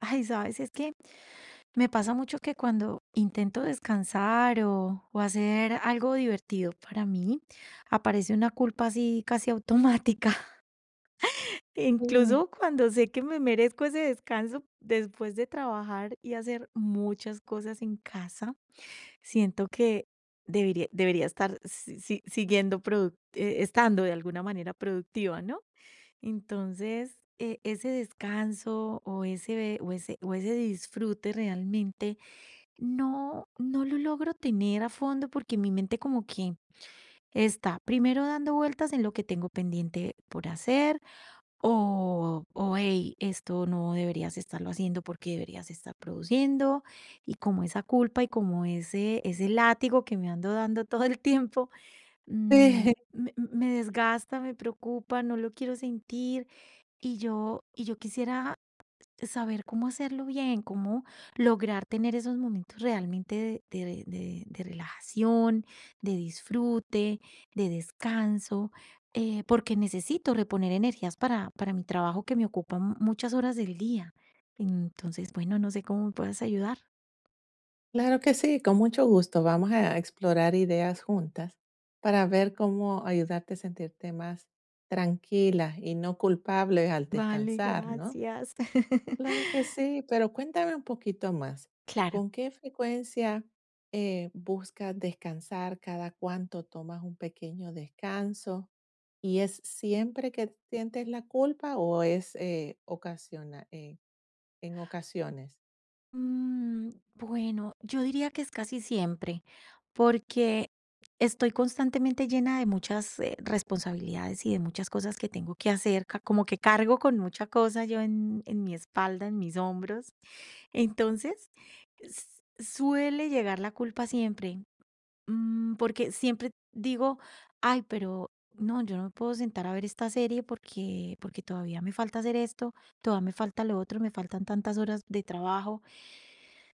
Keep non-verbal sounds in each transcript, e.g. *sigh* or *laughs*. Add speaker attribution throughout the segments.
Speaker 1: Ay, sabes, es que me pasa mucho que cuando intento descansar o hacer algo divertido para mí, aparece una culpa así casi automática. *laughs*
Speaker 2: Sí,
Speaker 1: Incluso cuando sé que me merezco ese descanso después de trabajar y hacer muchas cosas en casa, siento que debería estar siguiendo, estando de alguna manera productiva, ¿no? Entonces, ese descanso o ese disfrute realmente no lo logro tener a fondo porque mi mente como que está primero dando vueltas en lo que tengo pendiente por hacer o hey, esto no deberías estarlo haciendo porque deberías estar produciendo y como esa culpa y como ese látigo que me ando dando *laughs* todo el tiempo, mm,
Speaker 2: sí, *laughs*
Speaker 1: me desgasta, me preocupa, no lo quiero sentir y yo quisiera saber cómo hacerlo bien, cómo lograr tener esos momentos realmente de, de relajación, de disfrute, de descanso, porque necesito reponer energías para mi trabajo que me ocupa muchas horas del día. Entonces, bueno, no sé cómo me puedas ayudar.
Speaker 2: claro que sí, con mucho gusto. Vamos a explorar ideas juntas para ver cómo ayudarte a sentirte más tranquila y no culpable al
Speaker 1: Vale,
Speaker 2: descansar, ¿no?
Speaker 1: gracias.
Speaker 2: Claro que
Speaker 1: *laughs*
Speaker 2: sí, pero cuéntame un poquito más.
Speaker 1: Claro.
Speaker 2: ¿Con qué frecuencia buscas descansar? ¿Cada cuánto tomas un pequeño descanso? ¿Y es siempre que sientes la culpa o es ocasiona, en ocasiones?
Speaker 1: Bueno, yo diría que es casi siempre, porque estoy constantemente llena de muchas responsabilidades y de muchas cosas que tengo que hacer, como que cargo con mucha cosa yo en- mi espalda, en mis hombros. Entonces, suele llegar la culpa siempre, porque siempre digo, ay, pero no, yo no me puedo sentar a ver esta serie porque todavía me falta hacer esto, todavía me falta lo otro, me faltan tantas horas de trabajo.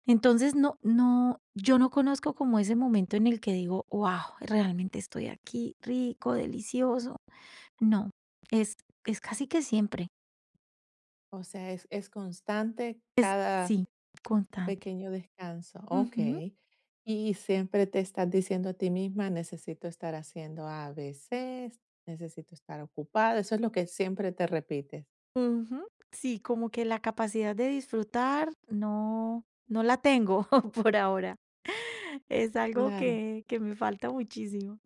Speaker 1: Entonces, no, yo no conozco como ese momento en el que digo: wow, realmente estoy aquí, rico, delicioso. No, es es casi que siempre.
Speaker 2: O sea, es constante cada
Speaker 1: Sí, constante.
Speaker 2: pequeño descanso,
Speaker 1: Ujú,
Speaker 2: okey. Y siempre te estás diciendo a ti misma: "Necesito estar haciendo A, B, C, necesito estar ocupada", ¿eso es lo que siempre te repites?
Speaker 1: ujú. Sí, como que la capacidad de disfrutar no la tengo *laughs* por ahora. Es algo
Speaker 2: Claro.
Speaker 1: que me falta muchísimo.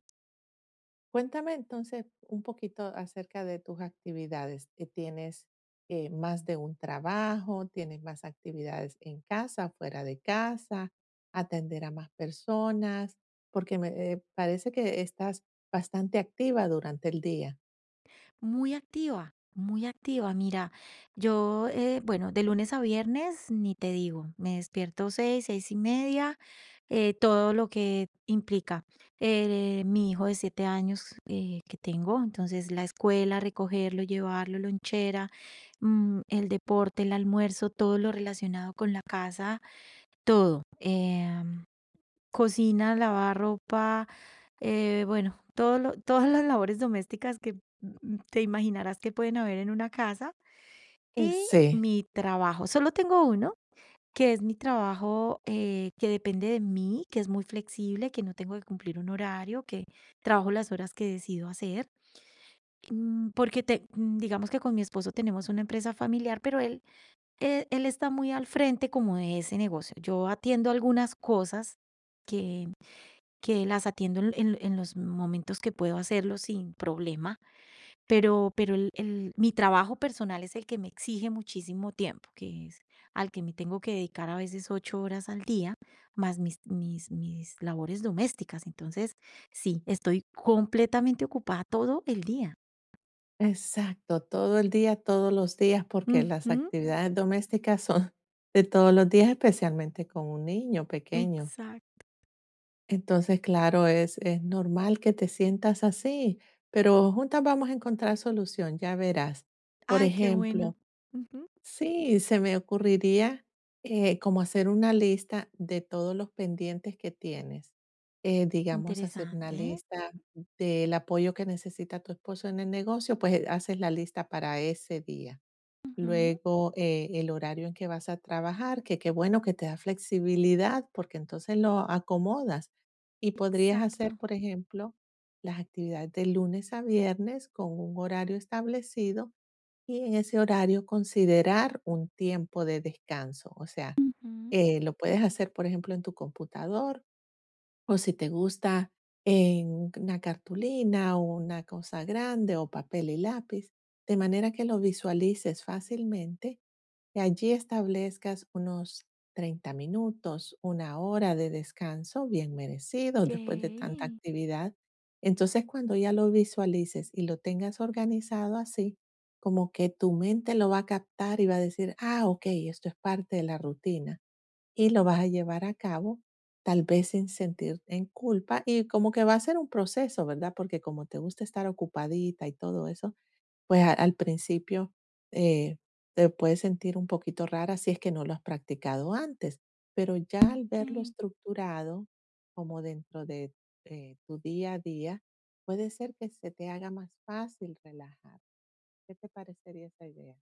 Speaker 2: Cuéntame entonces un poquito acerca de tus actividades. ¿Tienes más de un trabajo? ¿Tienes más actividades en casa, fuera de casa? ¿Atender a más personas? Porque me parece que estás bastante activa durante el día.
Speaker 1: Muy activa, muy activa. Mira, yo, bueno, de lunes a viernes, ni te digo, me despierto 6, 6:30, todo lo que implica. Mi hijo de 7 años que tengo, entonces la escuela, recogerlo, llevarlo, lonchera, el deporte, el almuerzo, todo lo relacionado con la casa, todo. Cocina, lavar ropa, bueno, *laughs* todas las labores domésticas que te imaginarás que pueden haber en una casa. Y
Speaker 2: Sí,
Speaker 1: mi trabajo, solo tengo uno, que es mi trabajo que depende de mí, que es muy flexible, que no tengo que cumplir un horario, que trabajo las horas que decido hacer. Porque digamos que con mi esposo tenemos una empresa familiar, pero él, él está muy al frente como de ese negocio. Yo atiendo algunas cosas que que las atiendo en, en los momentos que puedo hacerlo sin problema, pero mi trabajo personal es el que me exige muchísimo tiempo, que es al que me tengo que dedicar a veces 8 horas al día, más mis labores domésticas. Entonces, sí, estoy completamente ocupada todo el día.
Speaker 2: exacto. Todo el día, todos los días, porque las
Speaker 1: Ujú,
Speaker 2: actividades domésticas son de todos los días, especialmente con un niño pequeño.
Speaker 1: exacto.
Speaker 2: Entonces, claro, es normal que te sientas así, pero juntas vamos a encontrar solución, ya verás. Por
Speaker 1: Ay, qué bueno.
Speaker 2: ejemplo,
Speaker 1: Ujú,
Speaker 2: sí, se me ocurriría como hacer una lista de todos los pendientes que tienes. Digamos, hacer una
Speaker 1: interesante. ¿Eh?
Speaker 2: lista del apoyo que necesita tu esposo en el negocio, pues haces la lista para ese día.
Speaker 1: Ujú,
Speaker 2: Luego, el horario en que vas a trabajar, que qué bueno que te da flexibilidad, porque entonces lo acomodas. Y podrías hacer,
Speaker 1: exacto.
Speaker 2: por ejemplo, las actividades de lunes a viernes con un horario establecido y en ese horario considerar un tiempo de descanso. O sea,
Speaker 1: Ujú,
Speaker 2: lo puedes hacer, por ejemplo, en tu computador o si te gusta en una cartulina o una cosa grande o papel y lápiz, de manera que lo visualices fácilmente, que allí establezcas unos 30 minutos, 1 hora de descanso bien merecido
Speaker 1: ok.
Speaker 2: después de tanta actividad. Entonces, cuando ya lo visualices y lo tengas organizado así, como que tu mente lo va a captar y va a decir, ah, ok, esto es parte de la rutina y lo vas a llevar a cabo, tal vez sin sentirte en culpa y como que va a ser un proceso, ¿verdad? Porque como te gusta estar ocupadita y todo eso, pues al principio eh, te puedes sentir un poquito rara si es que no lo has practicado antes, pero ya al
Speaker 1: Ok.
Speaker 2: verlo estructurado como dentro de tu día a día, puede ser que se te haga más fácil relajar. ¿Qué te parecería esa idea?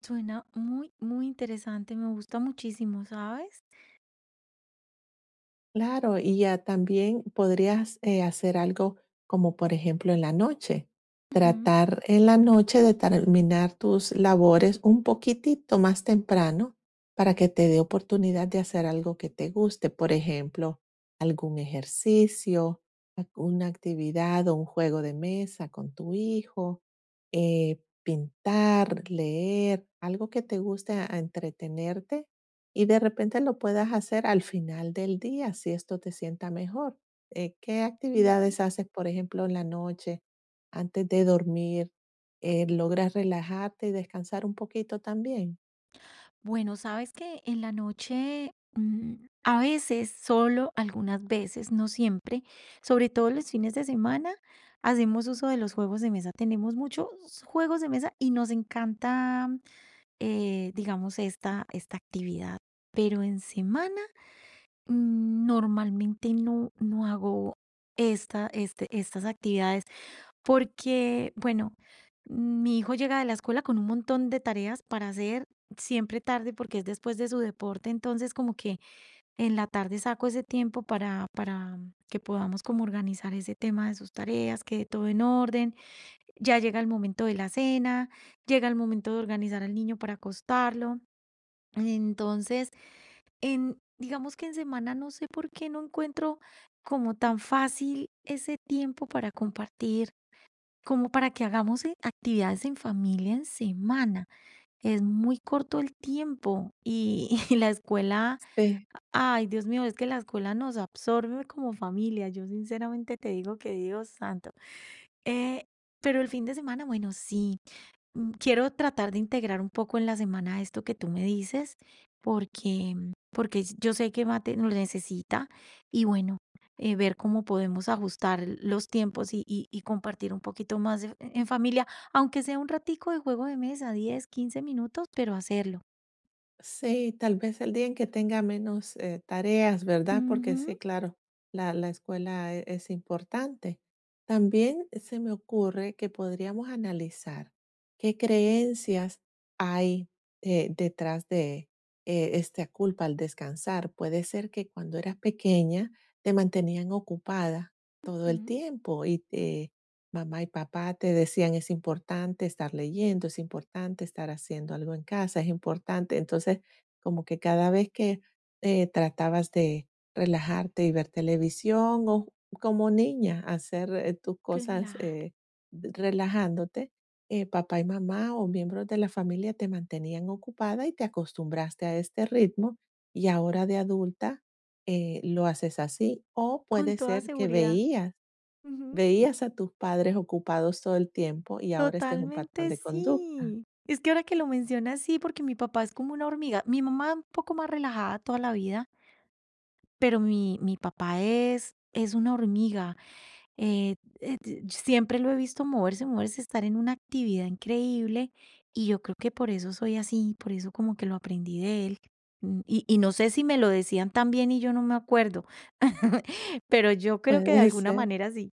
Speaker 1: Suena muy, muy interesante, me gusta muchísimo, ¿sabes?
Speaker 2: Claro, y ya también podrías hacer algo como por ejemplo en la noche,
Speaker 1: Ujú,
Speaker 2: tratar en la noche de terminar tus labores un poquitito más temprano para que te dé oportunidad de hacer algo que te guste, por ejemplo, algún ejercicio, alguna actividad o un juego de mesa con tu hijo, pintar, leer, algo que te guste a entretenerte y de repente lo puedas hacer al final del día, si esto te sienta mejor. ¿Qué
Speaker 1: ujú.
Speaker 2: actividades haces, por ejemplo, en la noche antes de dormir? ¿Logras relajarte y descansar un poquito también?
Speaker 1: Bueno, sabes que en la noche, a veces, solo algunas veces, no siempre, sobre todo los fines de semana, hacemos uso de los juegos de mesa. Tenemos muchos juegos de mesa y nos encanta, digamos, esta actividad. Pero en semana, normalmente no hago estas actividades. Porque, bueno, mi hijo llega de la escuela con un montón de tareas para hacer siempre tarde porque es después de su deporte, entonces como que en la tarde saco ese tiempo para que podamos como organizar ese tema de sus tareas, quede todo en orden. Ya llega el momento de la cena, llega el momento de organizar al niño para acostarlo. Entonces, digamos que en semana no sé por qué no encuentro como tan fácil ese tiempo para compartir como para que hagamos actividades en familia en semana. Es muy corto el tiempo y, *laughs* y la escuela,
Speaker 2: Sí.
Speaker 1: ay Dios mío, es que la escuela nos absorbe como familia. Yo sinceramente te digo que Dios santo. Eh, pero el fin de semana, bueno, sí, quiero tratar de integrar un poco en la semana esto que tú me dices, porque, porque yo sé que Mate lo necesita y bueno, ver cómo podemos ajustar los tiempos y compartir un poquito más en familia, aunque sea un ratico de juego de mesa, 10, 15 minutos, pero hacerlo.
Speaker 2: Sí, tal vez el día en que tenga menos tareas, ¿verdad? Porque
Speaker 1: Ujú,
Speaker 2: sí, claro, la escuela es importante. También se me ocurre que podríamos analizar qué creencias hay detrás de esta culpa al descansar. Puede ser que cuando eras pequeña te mantenían ocupada todo el
Speaker 1: ujú.
Speaker 2: tiempo y te mamá y papá te decían: "Es importante estar leyendo, es importante estar haciendo algo en casa, es importante". Entonces, como que cada vez que, tratabas de relajarte y ver televisión o como niña hacer, tus cosas,
Speaker 1: Claro,
Speaker 2: d relajándote, papá y mamá o miembros de la familia te mantenían ocupada y te acostumbraste a este ritmo, y ahora de adulta, lo haces así, o
Speaker 1: con
Speaker 2: puede
Speaker 1: toda
Speaker 2: ser que
Speaker 1: seguridad.
Speaker 2: veías.
Speaker 1: Ujú,
Speaker 2: Veías a tus padres ocupados todo el tiempo y ahora este es un patrón
Speaker 1: totalmente
Speaker 2: de conducta.
Speaker 1: sí. Es que ahora que lo mencionas, sí, porque mi papá es como una hormiga. Mi mamá un poco más relajada toda la vida, pero mi papá es una hormiga, eh, t siempre lo he visto moverse, moverse, estar en una actividad increíble, y yo creo que por eso soy así, por eso como que lo aprendí de él, y no sé si me lo decían también y yo no me acuerdo, *laughs* pero yo
Speaker 2: *laughs*
Speaker 1: creo que de
Speaker 2: Puede
Speaker 1: alguna
Speaker 2: ser.
Speaker 1: manera sí.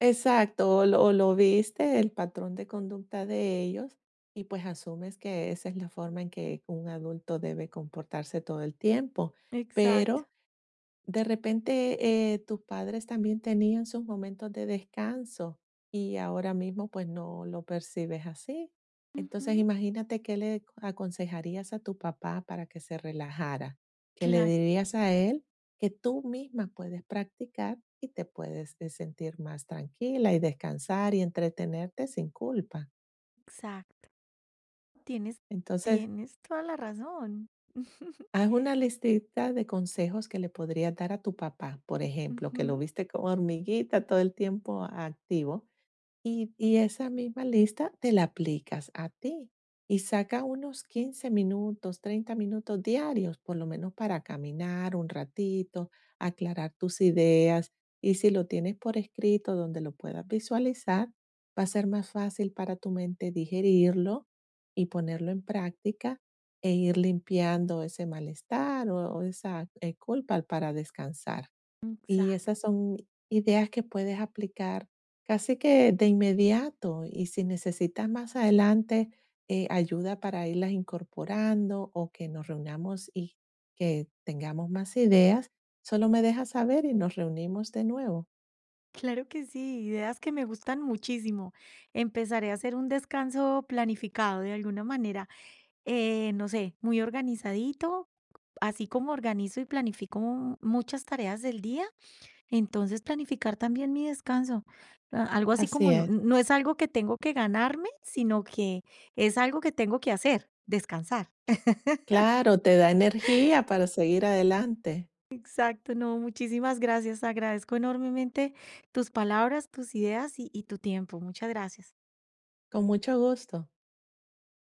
Speaker 2: Exacto, o lo viste, el patrón de conducta de ellos, y pues asumes que esa es la forma en que un adulto debe comportarse todo el tiempo,
Speaker 1: Exacto.
Speaker 2: pero de repente, tus padres también tenían sus momentos de descanso y ahora mismo pues no lo percibes así. Entonces,
Speaker 1: Ujú.
Speaker 2: imagínate qué le aconsejarías a tu papá para que se relajara, que le
Speaker 1: Claro,
Speaker 2: dirías a él, que tú misma puedes practicar y te puedes sentir más tranquila y descansar y entretenerte sin culpa.
Speaker 1: exacto. Tienes
Speaker 2: Entonces,
Speaker 1: tienes toda la razón. *laughs*
Speaker 2: haz una listita de consejos que le podrías dar a tu papá, por ejemplo, que lo
Speaker 1: Ujú.
Speaker 2: viste como hormiguita todo el tiempo activo. Y esa misma lista te la aplicas a ti y saca unos 15 minutos, 30 minutos diarios, por lo menos para caminar un ratito, aclarar tus ideas. Y si lo tienes por escrito donde lo puedas visualizar, va a ser más fácil para tu mente digerirlo y ponerlo en práctica e ir limpiando ese malestar o esa, culpa para descansar. Y esas
Speaker 1: Exacto.
Speaker 2: son ideas que puedes aplicar casi que de inmediato y si necesitas más adelante ayuda para irlas incorporando o que nos reunamos y que tengamos más ideas, solo me dejas saber y nos reunimos de nuevo.
Speaker 1: Claro que sí, ideas que me gustan muchísimo. Empezaré a hacer un descanso planificado de alguna manera, no sé, muy organizadito, así como organizo y planifico muchas tareas del día, entonces planificar también mi descanso. Algo así como
Speaker 2: Así es.
Speaker 1: no es algo que tengo que ganarme, sino que es algo que tengo que hacer, descansar.
Speaker 2: Claro, te da energía para seguir adelante.
Speaker 1: Exacto, no, muchísimas gracias. Agradezco enormemente tus palabras, tus ideas y tu tiempo. Muchas gracias.
Speaker 2: Con mucho gusto.